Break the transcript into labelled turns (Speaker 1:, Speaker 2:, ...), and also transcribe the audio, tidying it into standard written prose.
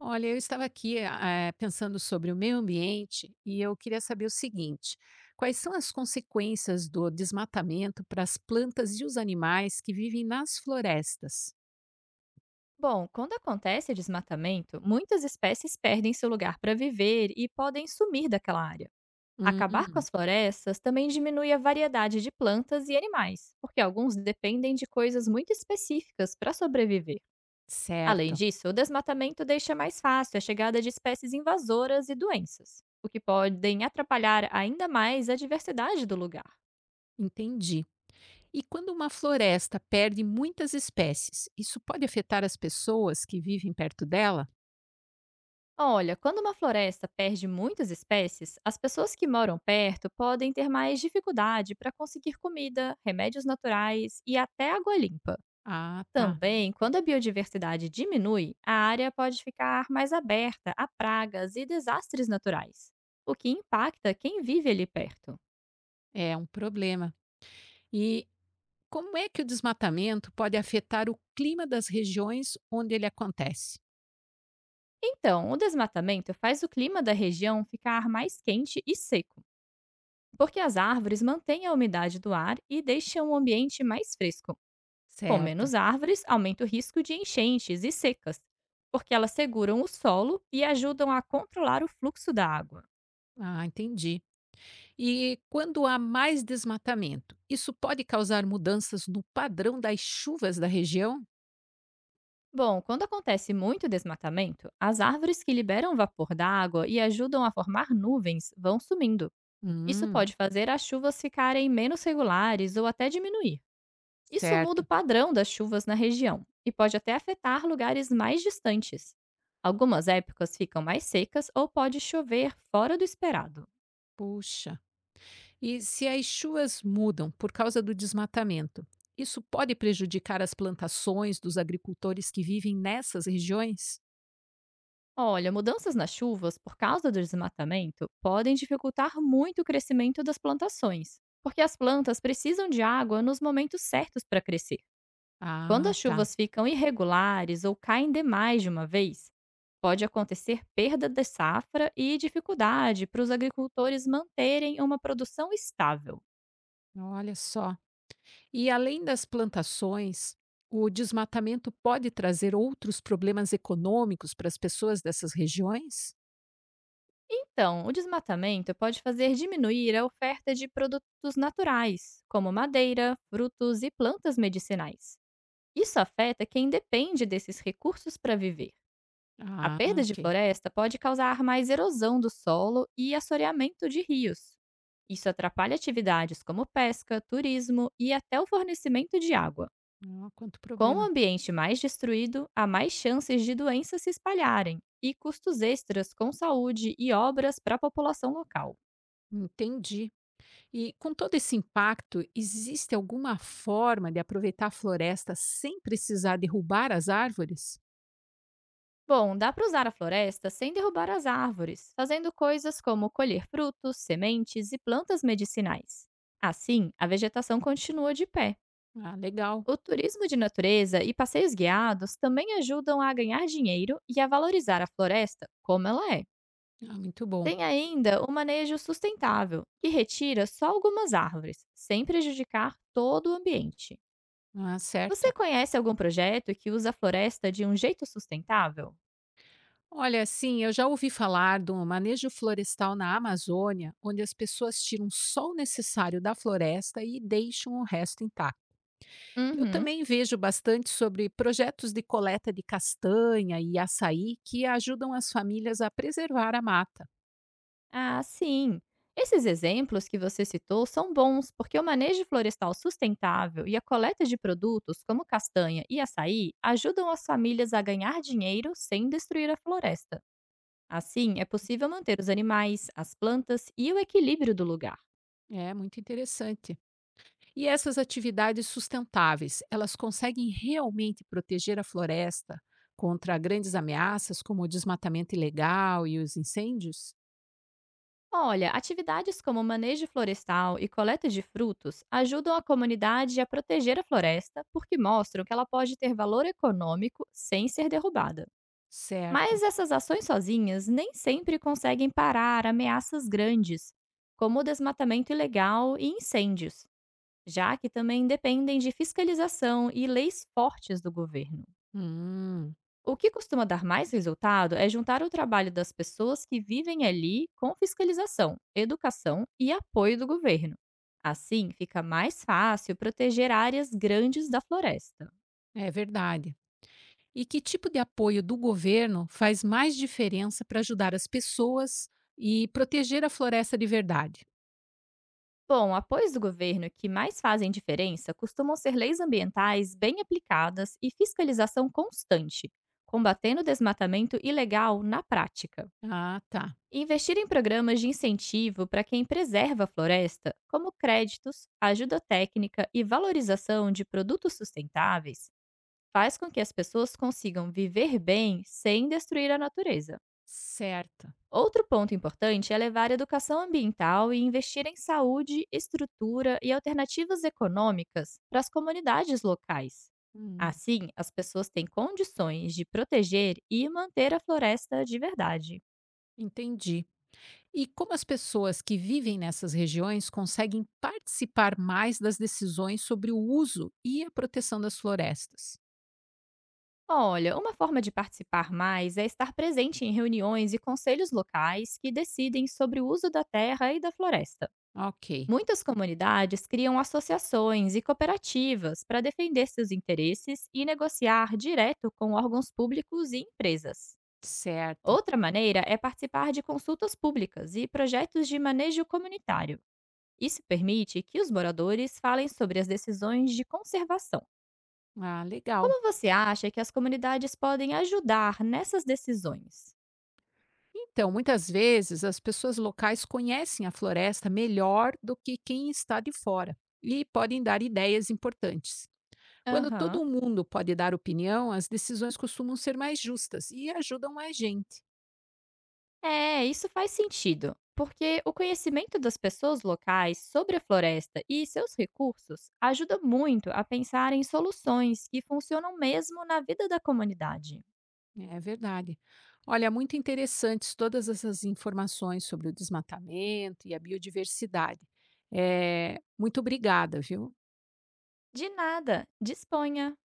Speaker 1: Olha, eu estava aqui, pensando sobre o meio ambiente e eu queria saber o seguinte: quais são as consequências do desmatamento para as plantas e os animais que vivem nas florestas?
Speaker 2: Bom, quando acontece desmatamento, muitas espécies perdem seu lugar para viver e podem sumir daquela área. Acabar com
Speaker 1: Hum,
Speaker 2: as florestas também diminui a variedade de plantas e animais, porque alguns dependem de coisas muito específicas para sobreviver. Além
Speaker 1: certo,
Speaker 2: disso, o desmatamento deixa mais fácil a chegada de espécies invasoras e doenças, o que podem atrapalhar ainda mais a diversidade do lugar.
Speaker 1: entendi. E quando uma floresta perde muitas espécies, isso pode afetar as pessoas que vivem perto dela?
Speaker 2: Olha, quando uma floresta perde muitas espécies, as pessoas que moram perto podem ter mais dificuldade para conseguir comida, remédios naturais e até água limpa.
Speaker 1: Ah, tá,
Speaker 2: Também, quando a biodiversidade diminui, a área pode ficar mais aberta a pragas e desastres naturais, o que impacta quem vive ali perto.
Speaker 1: é um problema. E como é que o desmatamento pode afetar o clima das regiões onde ele acontece?
Speaker 2: Então, o desmatamento faz o clima da região ficar mais quente e seco, porque as árvores mantêm a umidade do ar e deixam o ambiente mais fresco. Com
Speaker 1: Certo.
Speaker 2: menos árvores, aumenta o risco de enchentes e secas, porque elas seguram o solo e ajudam a controlar o fluxo da água.
Speaker 1: Ah, entendi. E quando há mais desmatamento, isso pode causar mudanças no padrão das chuvas da região?
Speaker 2: Bom, quando acontece muito desmatamento, as árvores que liberam vapor da água e ajudam a formar nuvens vão sumindo. Isso
Speaker 1: Hum,
Speaker 2: pode fazer as chuvas ficarem menos regulares ou até diminuir. Isso muda o
Speaker 1: certo.
Speaker 2: padrão das chuvas na região e pode até afetar lugares mais distantes. Algumas épocas ficam mais secas ou pode chover fora do esperado.
Speaker 1: Puxa. E se as chuvas mudam por causa do desmatamento, isso pode prejudicar as plantações dos agricultores que vivem nessas regiões?
Speaker 2: Olha, mudanças nas chuvas por causa do desmatamento podem dificultar muito o crescimento das plantações, porque as plantas precisam de água nos momentos certos para crescer. Quando
Speaker 1: Ah,
Speaker 2: as
Speaker 1: tá.
Speaker 2: chuvas ficam irregulares ou caem demais de uma vez, pode acontecer perda de safra e dificuldade para os agricultores manterem uma produção estável.
Speaker 1: Olha só. E além das plantações, o desmatamento pode trazer outros problemas econômicos para as pessoas dessas regiões?
Speaker 2: Então, o desmatamento pode fazer diminuir a oferta de produtos naturais, como madeira, frutos e plantas medicinais. Isso afeta quem depende desses recursos para viver. A
Speaker 1: Ah,
Speaker 2: perda de
Speaker 1: ok.
Speaker 2: floresta pode causar mais erosão do solo e assoreamento de rios. Isso atrapalha atividades como pesca, turismo e até o fornecimento de água.
Speaker 1: Ah, quanto
Speaker 2: Com o
Speaker 1: problema.
Speaker 2: ambiente mais destruído, há mais chances de doenças se espalharem e custos extras com saúde e obras para a população local.
Speaker 1: Entendi. E com todo esse impacto, existe alguma forma de aproveitar a floresta sem precisar derrubar as árvores?
Speaker 2: Bom, dá para usar a floresta sem derrubar as árvores, fazendo coisas como colher frutos, sementes e plantas medicinais. Assim, a vegetação continua de pé.
Speaker 1: Ah, legal.
Speaker 2: O turismo de natureza e passeios guiados também ajudam a ganhar dinheiro e a valorizar a floresta como ela é.
Speaker 1: Ah, muito bom.
Speaker 2: Tem ainda o manejo sustentável, que retira só algumas árvores, sem prejudicar todo o ambiente.
Speaker 1: Ah, certo.
Speaker 2: Você conhece algum projeto que usa a floresta de um jeito sustentável?
Speaker 1: Olha, sim, eu já ouvi falar do manejo florestal na Amazônia, onde as pessoas tiram só o necessário da floresta e deixam o resto intacto. E eu
Speaker 2: Uhum.
Speaker 1: também vejo bastante sobre projetos de coleta de castanha e açaí que ajudam as famílias a preservar a mata.
Speaker 2: Ah, sim. Esses exemplos que você citou são bons, porque o manejo florestal sustentável e a coleta de produtos como castanha e açaí ajudam as famílias a ganhar dinheiro sem destruir a floresta. Assim, é possível manter os animais, as plantas e o equilíbrio do lugar.
Speaker 1: É muito interessante. E essas atividades sustentáveis, elas conseguem realmente proteger a floresta contra grandes ameaças como o desmatamento ilegal e os incêndios?
Speaker 2: Olha, atividades como manejo florestal e coleta de frutos ajudam a comunidade a proteger a floresta porque mostram que ela pode ter valor econômico sem ser derrubada.
Speaker 1: Certo.
Speaker 2: Mas essas ações sozinhas nem sempre conseguem parar ameaças grandes, como o desmatamento ilegal e incêndios, já que também dependem de fiscalização e leis fortes do governo.
Speaker 1: Hum,
Speaker 2: O que costuma dar mais resultado é juntar o trabalho das pessoas que vivem ali com fiscalização, educação e apoio do governo. Assim, fica mais fácil proteger áreas grandes da floresta.
Speaker 1: é verdade. E que tipo de apoio do governo faz mais diferença para ajudar as pessoas e proteger a floresta de verdade?
Speaker 2: Bom, apoios do governo que mais fazem diferença costumam ser leis ambientais bem aplicadas e fiscalização constante, combatendo o desmatamento ilegal na prática.
Speaker 1: Ah, tá.
Speaker 2: Investir em programas de incentivo para quem preserva a floresta, como créditos, ajuda técnica e valorização de produtos sustentáveis, faz com que as pessoas consigam viver bem sem destruir a natureza.
Speaker 1: Certo.
Speaker 2: Outro ponto importante é levar a educação ambiental e investir em saúde, estrutura e alternativas econômicas para as comunidades locais.
Speaker 1: Hum,
Speaker 2: Assim, as pessoas têm condições de proteger e manter a floresta de verdade.
Speaker 1: entendi. E como as pessoas que vivem nessas regiões conseguem participar mais das decisões sobre o uso e a proteção das florestas?
Speaker 2: Olha, uma forma de participar mais é estar presente em reuniões e conselhos locais que decidem sobre o uso da terra e da floresta.
Speaker 1: Ok,
Speaker 2: Muitas comunidades criam associações e cooperativas para defender seus interesses e negociar direto com órgãos públicos e empresas.
Speaker 1: certo.
Speaker 2: Outra maneira é participar de consultas públicas e projetos de manejo comunitário. Isso permite que os moradores falem sobre as decisões de conservação.
Speaker 1: Ah, legal.
Speaker 2: Como você acha que as comunidades podem ajudar nessas decisões?
Speaker 1: Então, muitas vezes as pessoas locais conhecem a floresta melhor do que quem está de fora e podem dar ideias importantes. Quando
Speaker 2: Aham.
Speaker 1: todo mundo pode dar opinião, as decisões costumam ser mais justas e ajudam mais gente.
Speaker 2: É, isso faz sentido, porque o conhecimento das pessoas locais sobre a floresta e seus recursos ajuda muito a pensar em soluções que funcionam mesmo na vida da comunidade.
Speaker 1: É verdade. Olha, é muito interessantes todas essas informações sobre o desmatamento e a biodiversidade. É, muito obrigada, viu?
Speaker 2: De nada, disponha!